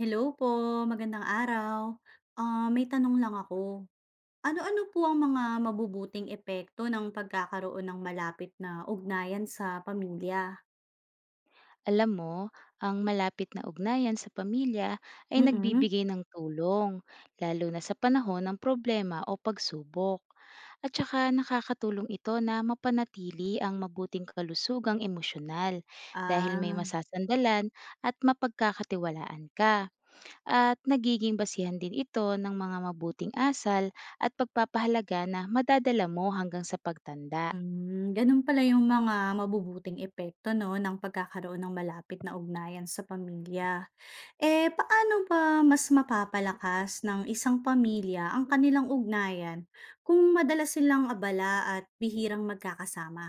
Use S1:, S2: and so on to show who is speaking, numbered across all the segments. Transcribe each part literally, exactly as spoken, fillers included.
S1: Hello po, magandang araw. Ah, may tanong lang ako. Ano-ano po ang mga mabubuting epekto ng pagkakaroon ng malapit na ugnayan sa pamilya?
S2: Alam mo, ang malapit na ugnayan sa pamilya ay
S1: Mm.
S2: nagbibigay ng tulong, lalo na sa panahon ng problema o pagsubok. At saka nakakatulong ito na mapanatili ang mabuting kalusugang emosyonal dahil may
S1: Ah,
S2: masasandalan at mapagkakatiwalaan ka. At nagiging basihan din ito ng mga mabuting asal at pagpapahalaga na madadala mo hanggang sa pagtanda.
S1: hmm, ganun pala yung mga mabubuting epekto 'no, ng pagkakaroon ng malapit na ugnayan sa pamilya. Eh, paano ba mas mapapalakas ng isang pamilya ang kanilang ugnayan kung madalas silang abala at bihirang magkakasama?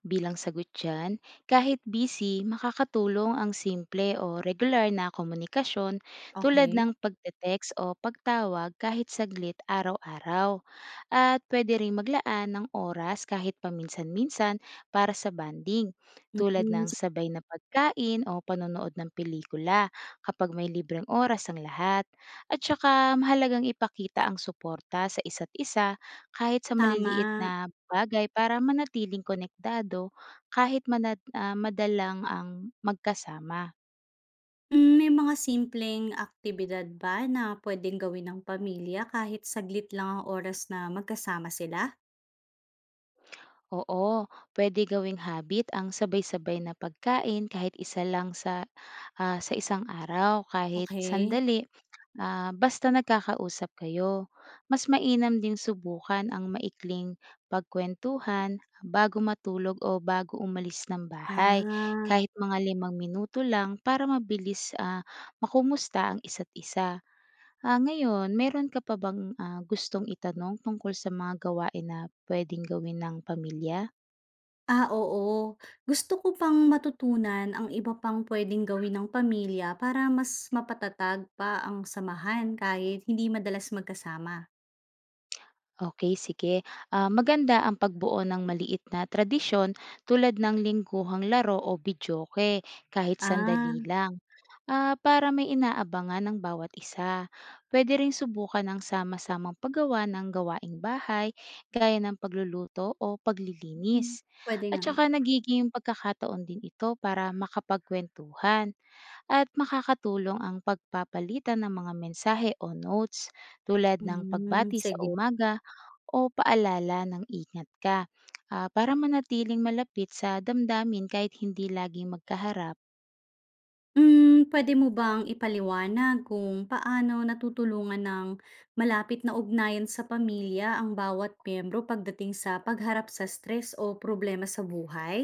S2: Bilang sagot dyan, kahit busy, makakatulong ang simple o regular na komunikasyon tulad
S1: Okay.
S2: ng pagte-text o pagtawag kahit saglit araw-araw. At pwede rin maglaan ng oras kahit paminsan-minsan para sa banding, tulad
S1: Mm.
S2: ng sabay na pagkain o panonood ng pelikula kapag may libreng oras ang lahat. At saka mahalagang ipakita ang suporta sa isa't isa kahit sa
S1: Tama.
S2: maliliit na bagay para manatiling konektado kahit manad ah, madalang ang magkasama.
S1: Mm, May mga simpleng aktibidad ba na pwedeng gawin ng pamilya kahit saglit lang ang oras na magkasama sila?
S2: Oo, pwede gawing habit ang sabay-sabay na pagkain kahit isa lang sa, ah, sa isang araw, kahit
S1: Okay.
S2: sandali, ah, basta nagkakausap kayo. Mas mainam ding subukan ang maikling pagkuwentuhan bago matulog o bago umalis ng bahay,
S1: Ah,
S2: kahit mga limang minuto lang para mabilis, ah, makumusta ang isa't isa. Ah, ngayon meron ka pa bang, ah, gustong itanong tungkol sa mga gawain na puwedeng gawin ng pamilya?
S1: ah oo. Gusto ko pang matutunan ang iba pang pwedeng gawin ng pamilya para mas mapatatag pa ang samahan kahit hindi madalas magkasama.
S2: Okay, sige, ah, maganda ang pagbuo ng maliit na tradisyon tulad ng lingguhang laro o videoke kahit
S1: Ah,
S2: sandali lang, ah, para may inaabangan ng bawat isa. Puwede ring subukan ang sama-samang paggawa ng gawaing bahay gaya ng pagluluto o
S1: mm,
S2: paglilinis,
S1: pwede
S2: at
S1: nga.
S2: saka nagiging pagkakataon din ito para makapagkuwentuhan. At makakatulong ang pagpapalitan ng mga mensahe o notes tulad ng
S1: Mm,
S2: pagbati sa
S1: sige.
S2: umaga o paalala ng ingat ka, ah, para manatiling malapit sa damdamin kahit hindi laging magkaharap.
S1: Hmm, puwede mo bang ipaliwanag kung paano natutulungan ng malapit na ugnayan sa pamilya ang bawat miyembro pagdating sa pagharap sa stress o problema sa buhay?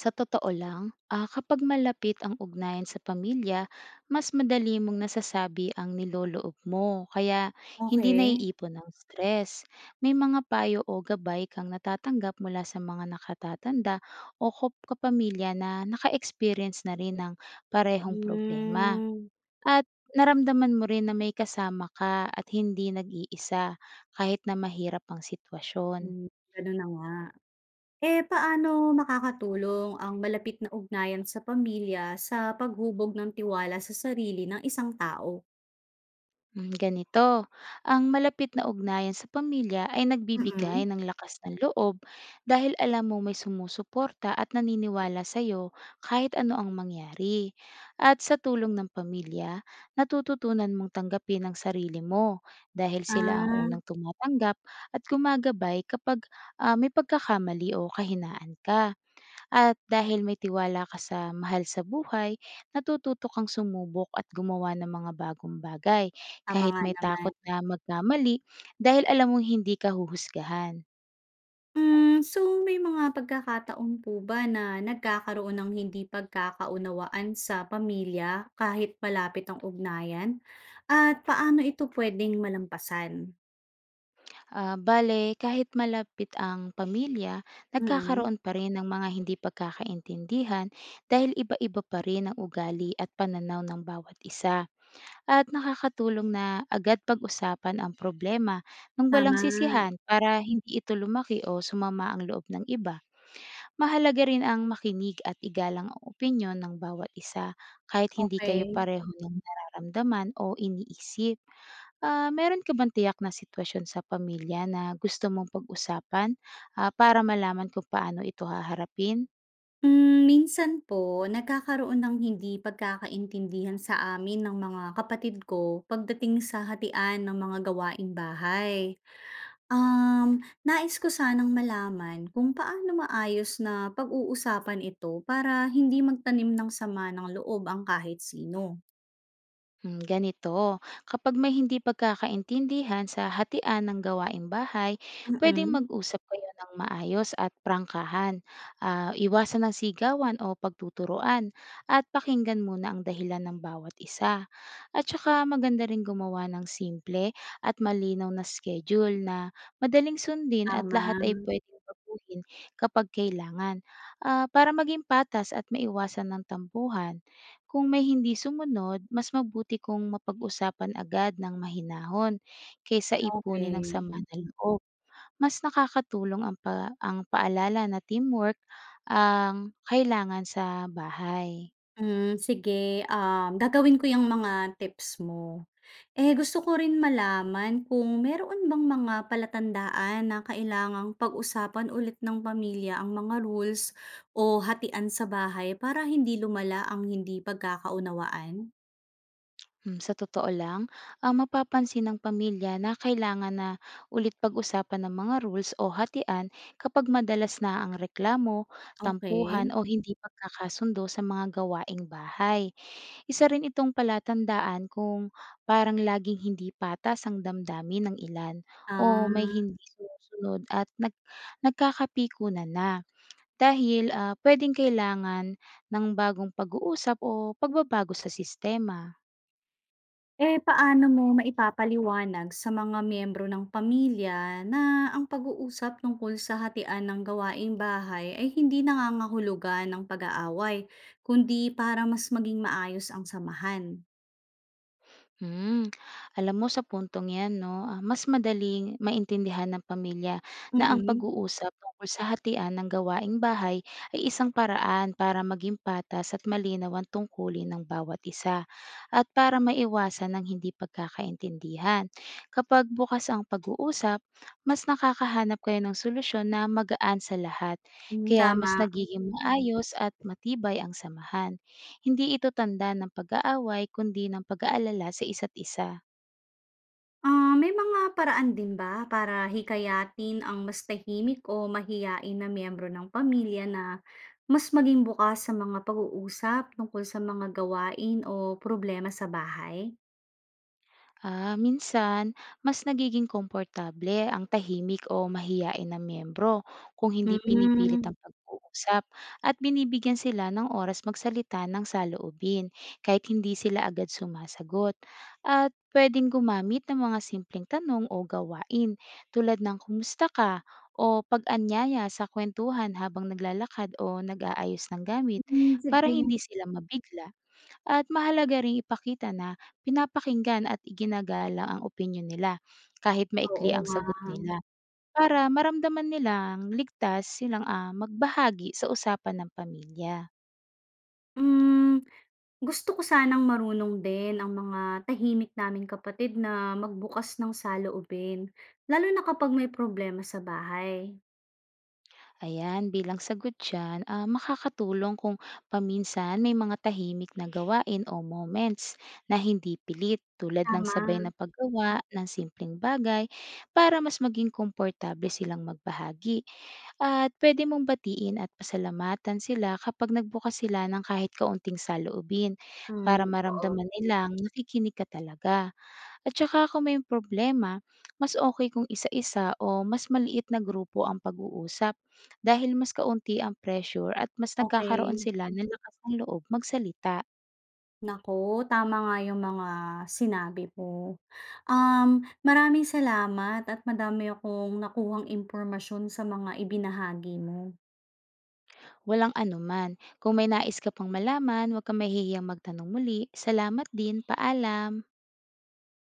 S2: Sa totoo lang, ah, kapag malapit ang ugnayan sa pamilya, mas madali mong nasasabi ang niloloob mo, kaya hindi
S1: Okay.
S2: naiipon ang stress. May mga payo o gabay kang natatanggap mula sa mga nakatatanda o kop- kapamilya na naka-experience na rin ng parehong problema.
S1: Hmm,
S2: At naramdaman mo rin na may kasama ka at hindi nag-iisa kahit na mahirap ang sitwasyon.
S1: hmm, gano'n na nga. Eh, paano makakatulong ang malapit na ugnayan sa pamilya sa paghubog ng tiwala sa sarili ng isang tao?
S2: Hmm, ganito, ang malapit na ugnayan sa pamilya ay nagbibigay
S1: Mm.
S2: ng lakas ng loob dahil alam mo may sumusuporta at naniniwala sa iyo kahit ano ang mangyari. At sa tulong ng pamilya, natututunan mong tanggapin ang sarili mo dahil sila ang
S1: Ah,
S2: unang tumatanggap at gumagabay kapag ah, may pagkakamali o kahinaan ka. At dahil may tiwala ka sa mahal sa buhay, natututo kang sumubok at gumawa ng mga bagong bagay
S1: tama
S2: kahit
S1: nga
S2: may
S1: naman.
S2: takot na magkamali dahil alam mong hindi ka huhusgahan.
S1: Hmm, so may mga pagkakataon po ba na nagkakaroon ng hindi pagkakaunawaan sa pamilya kahit malapit ang ugnayan? At paano ito pwedeng malampasan?
S2: Ah, bale, kahit malapit ang pamilya,
S1: Mm,
S2: nagkakaroon pa rin ng mga hindi pagkakaintindihan dahil iba-iba pa rin ang ugali at pananaw ng bawat isa. At nakakatulong na agad pag-usapan ang problema ng walang
S1: tama,
S2: sisihan para hindi ito lumaki o sumama ang loob ng iba. Mahalaga rin ang makinig at igalang ang opinyon ng bawat isa kahit hindi kayo
S1: okay.
S2: pareho ng nararamdaman o iniisip. Ah, meron ka bang tiyak na sitwasyon sa pamilya na gusto mong pag-usapan, ah, para malaman kung paano ito haharapin?
S1: Hmm, minsan po nagkakaroon ng hindi pagkakaintindihan sa amin ng mga kapatid ko pagdating sa hatian ng mga gawaing bahay. Um, nais ko sanang malaman kung paano maayos na pag-uusapan ito para hindi magtanim ng sama ng loob ang kahit sino.
S2: Hmm, ganito, kapag may hindi pagkakaintindihan sa hatian ng gawaing bahay, pwedeng
S1: Mm,
S2: mag-usap kayo ng maayos at prangkahan. Ah, iwasan ng sigawan o pagtuturoan at pakinggan muna ang dahilan ng bawat isa. At saka maganda rin gumawa ng simple at malinaw na schedule na madaling sundin at lahat ay
S1: tama,
S2: pwedeng baguhin kapag kailangan, ah, para maging patas at maiwasan ng tampuhan. Kung may hindi sumunod, mas mabuti kung mapag-usapan agad ng mahinahon kaysa ipunin ng
S1: okey.
S2: sama Mm. ng loob. Mas nakakatulong ang, pa- ang paalala na teamwork ang kailangan sa bahay.
S1: Hmm, sige, um, gagawin ko yung mga tips mo. Eh, gusto ko rin malaman kung meron bang mga palatandaan na kailangang pag-usapan ulit ng pamilya ang mga rules o hatian sa bahay para hindi lumala ang hindi pagkakaunawaan?
S2: Hmm, Sa totoo lang, ang mapapansin ng pamilya na kailangan na ulit pag-usapan ng mga rules o hatian kapag madalas na ang reklamo, tampuhan
S1: Okay.
S2: o hindi pagkakasundo sa mga gawaing bahay. Isa rin itong palatandaan kung parang laging hindi patas ang damdamin ng ilan
S1: Ah,
S2: o may hindi sumusunod at nag nagkakapikunan na. Dahil, ah, puwedeng kailangan ng bagong pag-uusap o pagbabago sa sistema.
S1: eh, paano mo maipapaliwanag sa mga miyembro ng pamilya na ang pag-uusap tungkol sa hatian ng gawaing bahay ay hindi nangangahulugan ng pag-aaway, kundi para mas maging maayos ang samahan?
S2: Hmm, Alam mo sa puntong 'yan 'no, ah, mas madaling maintindihan ng pamilya na ang
S1: Mm,
S2: pag-uusap tungkol sa hatian ng gawaing bahay ay isang paraan para maging patas at malinaw ang tungkulin ng bawat isa at para maiwasan ang hindi pagkakaintindihan. Kapag bukas ang pag-uusap, mas nakakahanap kayo ng solusyon na magaan sa lahat,
S1: mm
S2: kaya
S1: tama.
S2: mas nagiging maayos at matibay ang samahan. Hindi ito tanda ng pag-aaway kundi ng pag-aalala sa isa't isa.
S1: Ah, may mga paraan din ba para hikayatin ang mas tahimik o mahiyain na miyembro ng pamilya na mas maging bukas sa mga pag-uusap tungkol sa mga gawain o problema sa bahay?
S2: Ah, minsan, mas nagiging komportable ang tahimik o mahiyain na miyembro kung hindi pinipilit
S1: Hmm,
S2: ang pag-uusap at binibigyan sila ng oras magsalita ng saloobin kahit hindi sila agad sumasagot. At pwedeng gumamit ng mga simpleng tanong o gawain tulad ng kumusta ka o pag-anyaya sa kwentuhan habang naglalakad o nag-aayos ng gamit
S1: hmm,
S2: para
S1: sige.
S2: hindi sila mabigla. At mahalaga rin ipakita na pinapakinggan at iginagalang ang opinyon nila, kahit
S1: Oo
S2: maikli ang
S1: nga.
S2: sagot nila, para maramdaman nilang ligtas silang, ah, magbahagi sa usapan ng pamilya.
S1: Hmm, gusto ko sanang marunong din ang mga tahimik naming kapatid na magbukas ng saloobin, lalo na kapag may problema sa bahay.
S2: Ayan, bilang sagot dyan, ah, makakatulong kung paminsan may mga tahimik na gawain o moments na hindi pilit tulad ng sabay
S1: Tama,
S2: na paggawa ng simpleng bagay para mas maging komportable silang magbahagi. At pwede mong batiin at pasalamatan sila kapag nagbukas sila ng kahit kaunting saloobin
S1: hmm,
S2: para
S1: oo.
S2: maramdaman nilang nakikinig ka talaga. At saka kung may problema, mas okay kung isa-isa o mas maliit na grupo ang pag-uusap dahil mas kaunti ang pressure at mas nagkakaroon
S1: Okey.
S2: sila ng lakas ng loob magsalita.
S1: Naku, tama nga yung mga sinabi mo. Um, maraming salamat at madami akong nakuhang impormasyon sa mga ibinahagi mo.
S2: Walang anuman. Kung may nais ka pang malaman, huwag kang mahihiyang magtanong muli. Salamat din. Paalam.